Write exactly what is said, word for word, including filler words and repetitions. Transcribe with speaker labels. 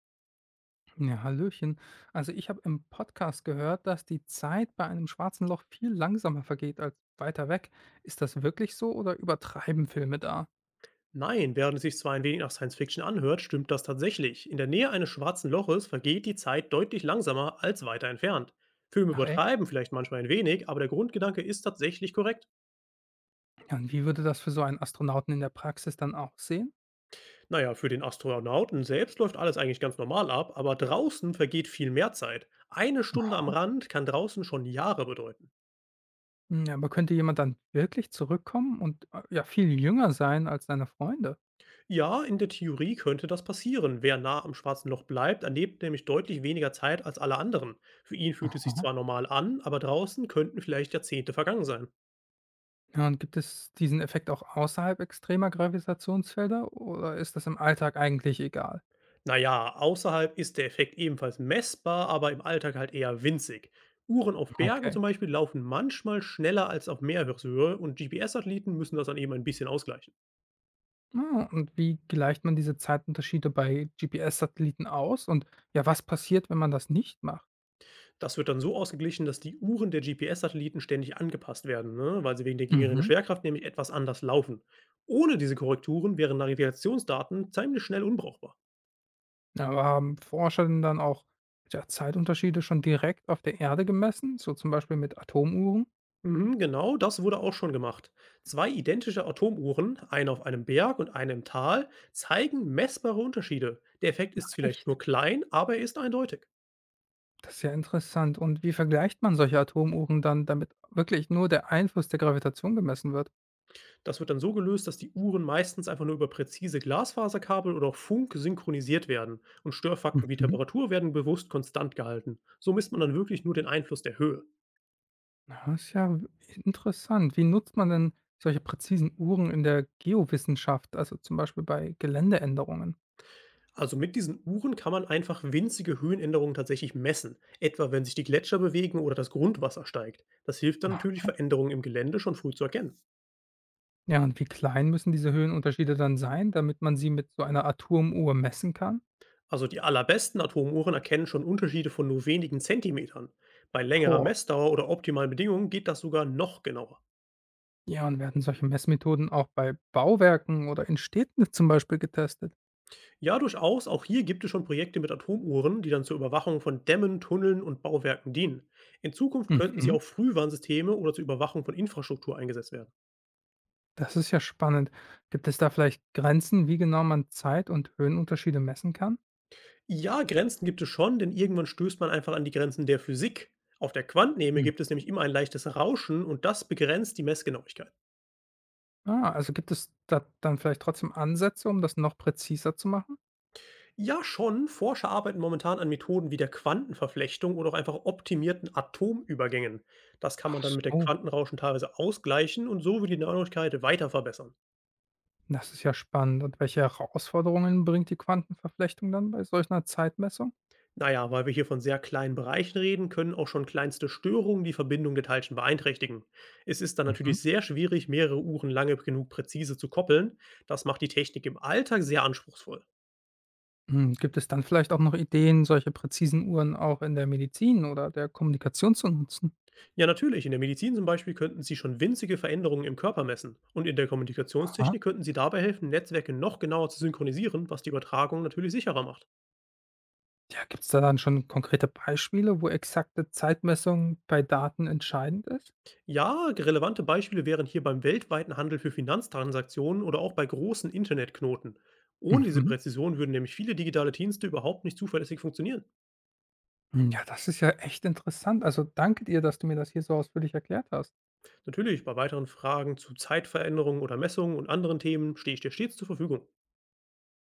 Speaker 1: Ja, hallöchen. Also ich habe im Podcast gehört, dass die Zeit bei einem schwarzen Loch viel langsamer vergeht als weiter weg. Ist das wirklich so oder übertreiben Filme da?
Speaker 2: Nein, während es sich zwar ein wenig nach Science Fiction anhört, stimmt das tatsächlich. In der Nähe eines schwarzen Loches vergeht die Zeit deutlich langsamer als weiter entfernt. Filme
Speaker 1: Ach
Speaker 2: übertreiben
Speaker 1: echt?
Speaker 2: vielleicht manchmal ein wenig, aber der Grundgedanke ist tatsächlich korrekt.
Speaker 1: Ja, und wie würde das für so einen Astronauten in der Praxis dann aussehen?
Speaker 2: Naja, für den Astronauten selbst läuft alles eigentlich ganz normal ab, aber draußen vergeht viel mehr Zeit. Eine Stunde am
Speaker 1: Aha.
Speaker 2: Rand kann draußen schon Jahre bedeuten.
Speaker 1: Ja, aber könnte jemand dann wirklich zurückkommen und äh, ja, viel jünger sein als seine Freunde?
Speaker 2: Ja, in der Theorie könnte das passieren. Wer nah am schwarzen Loch bleibt, erlebt nämlich deutlich weniger Zeit als alle anderen. Für ihn fühlt es sich
Speaker 1: Aha.
Speaker 2: zwar normal an, aber draußen könnten vielleicht Jahrzehnte vergangen sein.
Speaker 1: Ja, und gibt es diesen Effekt auch außerhalb extremer Gravitationsfelder oder ist das im Alltag eigentlich egal?
Speaker 2: Naja, außerhalb ist der Effekt ebenfalls messbar, aber im Alltag halt eher winzig. Uhren auf Bergen
Speaker 1: Okay.
Speaker 2: zum Beispiel laufen manchmal schneller als auf Meereshöhe, und G P S-Satelliten müssen das dann eben ein bisschen ausgleichen.
Speaker 1: Ah, und wie gleicht man diese Zeitunterschiede bei G P S-Satelliten aus? Und ja, was passiert, wenn man das nicht macht?
Speaker 2: Das wird dann so ausgeglichen, dass die Uhren der G P S-Satelliten ständig angepasst werden, ne? Weil sie wegen der geringeren
Speaker 1: Mhm.
Speaker 2: Schwerkraft nämlich etwas anders laufen. Ohne diese Korrekturen wären Navigationsdaten ziemlich schnell unbrauchbar.
Speaker 1: Aber haben Forscher denn dann auch ja, Zeitunterschiede schon direkt auf der Erde gemessen? So zum Beispiel mit Atomuhren?
Speaker 2: Mhm, genau, das wurde auch schon gemacht. Zwei identische Atomuhren, eine auf einem Berg und eine im Tal, zeigen messbare Unterschiede. Der Effekt ist vielleicht
Speaker 1: Echt?
Speaker 2: nur klein, aber er ist eindeutig.
Speaker 1: Das ist ja interessant. Und wie vergleicht man solche Atomuhren dann, damit wirklich nur der Einfluss der Gravitation gemessen wird?
Speaker 2: Das wird dann so gelöst, dass die Uhren meistens einfach nur über präzise Glasfaserkabel oder auch Funk synchronisiert werden und Störfakten wie
Speaker 1: Mhm.
Speaker 2: Temperatur werden bewusst konstant gehalten. So misst man dann wirklich nur den Einfluss der Höhe.
Speaker 1: Ja, ist ja w- interessant. Wie nutzt man denn solche präzisen Uhren in der Geowissenschaft, also zum Beispiel bei Geländeänderungen?
Speaker 2: Also mit diesen Uhren kann man einfach winzige Höhenänderungen tatsächlich messen, etwa wenn sich die Gletscher bewegen oder das Grundwasser steigt. Das hilft dann natürlich, Veränderungen im Gelände schon früh zu erkennen.
Speaker 1: Ja, und wie klein müssen diese Höhenunterschiede dann sein, damit man sie mit so einer Atomuhr messen kann?
Speaker 2: Also die allerbesten Atomuhren erkennen schon Unterschiede von nur wenigen Zentimetern. Bei längerer
Speaker 1: Boah.
Speaker 2: Messdauer oder optimalen Bedingungen geht das sogar noch genauer.
Speaker 1: Ja, und werden solche Messmethoden auch bei Bauwerken oder in Städten zum Beispiel getestet?
Speaker 2: Ja, durchaus, auch hier gibt es schon Projekte mit Atomuhren, die dann zur Überwachung von Dämmen, Tunneln und Bauwerken dienen. In Zukunft könnten sie
Speaker 1: Mhm.
Speaker 2: auch Frühwarnsysteme oder zur Überwachung von Infrastruktur eingesetzt werden.
Speaker 1: Das ist ja spannend. Gibt es da vielleicht Grenzen, wie genau man Zeit- und Höhenunterschiede messen kann?
Speaker 2: Ja, Grenzen gibt es schon, denn irgendwann stößt man einfach an die Grenzen der Physik. Auf der Quantenebene
Speaker 1: Hm.
Speaker 2: gibt es nämlich immer ein leichtes Rauschen, und das begrenzt die Messgenauigkeit.
Speaker 1: Ah, also gibt es da dann vielleicht trotzdem Ansätze, um das noch präziser zu machen?
Speaker 2: Ja, schon, Forscher arbeiten momentan an Methoden wie der Quantenverflechtung oder auch einfach optimierten Atomübergängen. Das kann
Speaker 1: Ach
Speaker 2: man dann mit der
Speaker 1: so.
Speaker 2: Quantenrauschen teilweise ausgleichen, und so wird die Genauigkeit weiter verbessern.
Speaker 1: Das ist ja spannend. Und welche Herausforderungen bringt die Quantenverflechtung dann bei solch einer Zeitmessung?
Speaker 2: Naja, weil wir hier von sehr kleinen Bereichen reden, können auch schon kleinste Störungen die Verbindung der Teilchen beeinträchtigen. Es ist dann
Speaker 1: Mhm.
Speaker 2: natürlich sehr schwierig, mehrere Uhren lange genug präzise zu koppeln. Das macht die Technik im Alltag sehr anspruchsvoll.
Speaker 1: Hm, gibt es dann vielleicht auch noch Ideen, solche präzisen Uhren auch in der Medizin oder der Kommunikation zu nutzen?
Speaker 2: Ja, natürlich, in der Medizin zum Beispiel könnten Sie schon winzige Veränderungen im Körper messen. Und in der
Speaker 1: Aha.
Speaker 2: Kommunikationstechnik könnten Sie dabei helfen, Netzwerke noch genauer zu synchronisieren, was die Übertragung natürlich sicherer macht.
Speaker 1: Ja, gibt es da dann schon konkrete Beispiele, wo exakte Zeitmessung bei Daten entscheidend ist?
Speaker 2: Ja, relevante Beispiele wären hier beim weltweiten Handel für Finanztransaktionen oder auch bei großen Internetknoten. Ohne diese
Speaker 1: Mhm.
Speaker 2: Präzision würden nämlich viele digitale Dienste überhaupt nicht zuverlässig funktionieren.
Speaker 1: Hm, ja, das ist ja echt interessant. Also danke dir, dass du mir das hier so ausführlich erklärt hast.
Speaker 2: Natürlich, bei weiteren Fragen zu Zeitveränderungen oder Messungen und anderen Themen stehe ich dir stets zur Verfügung.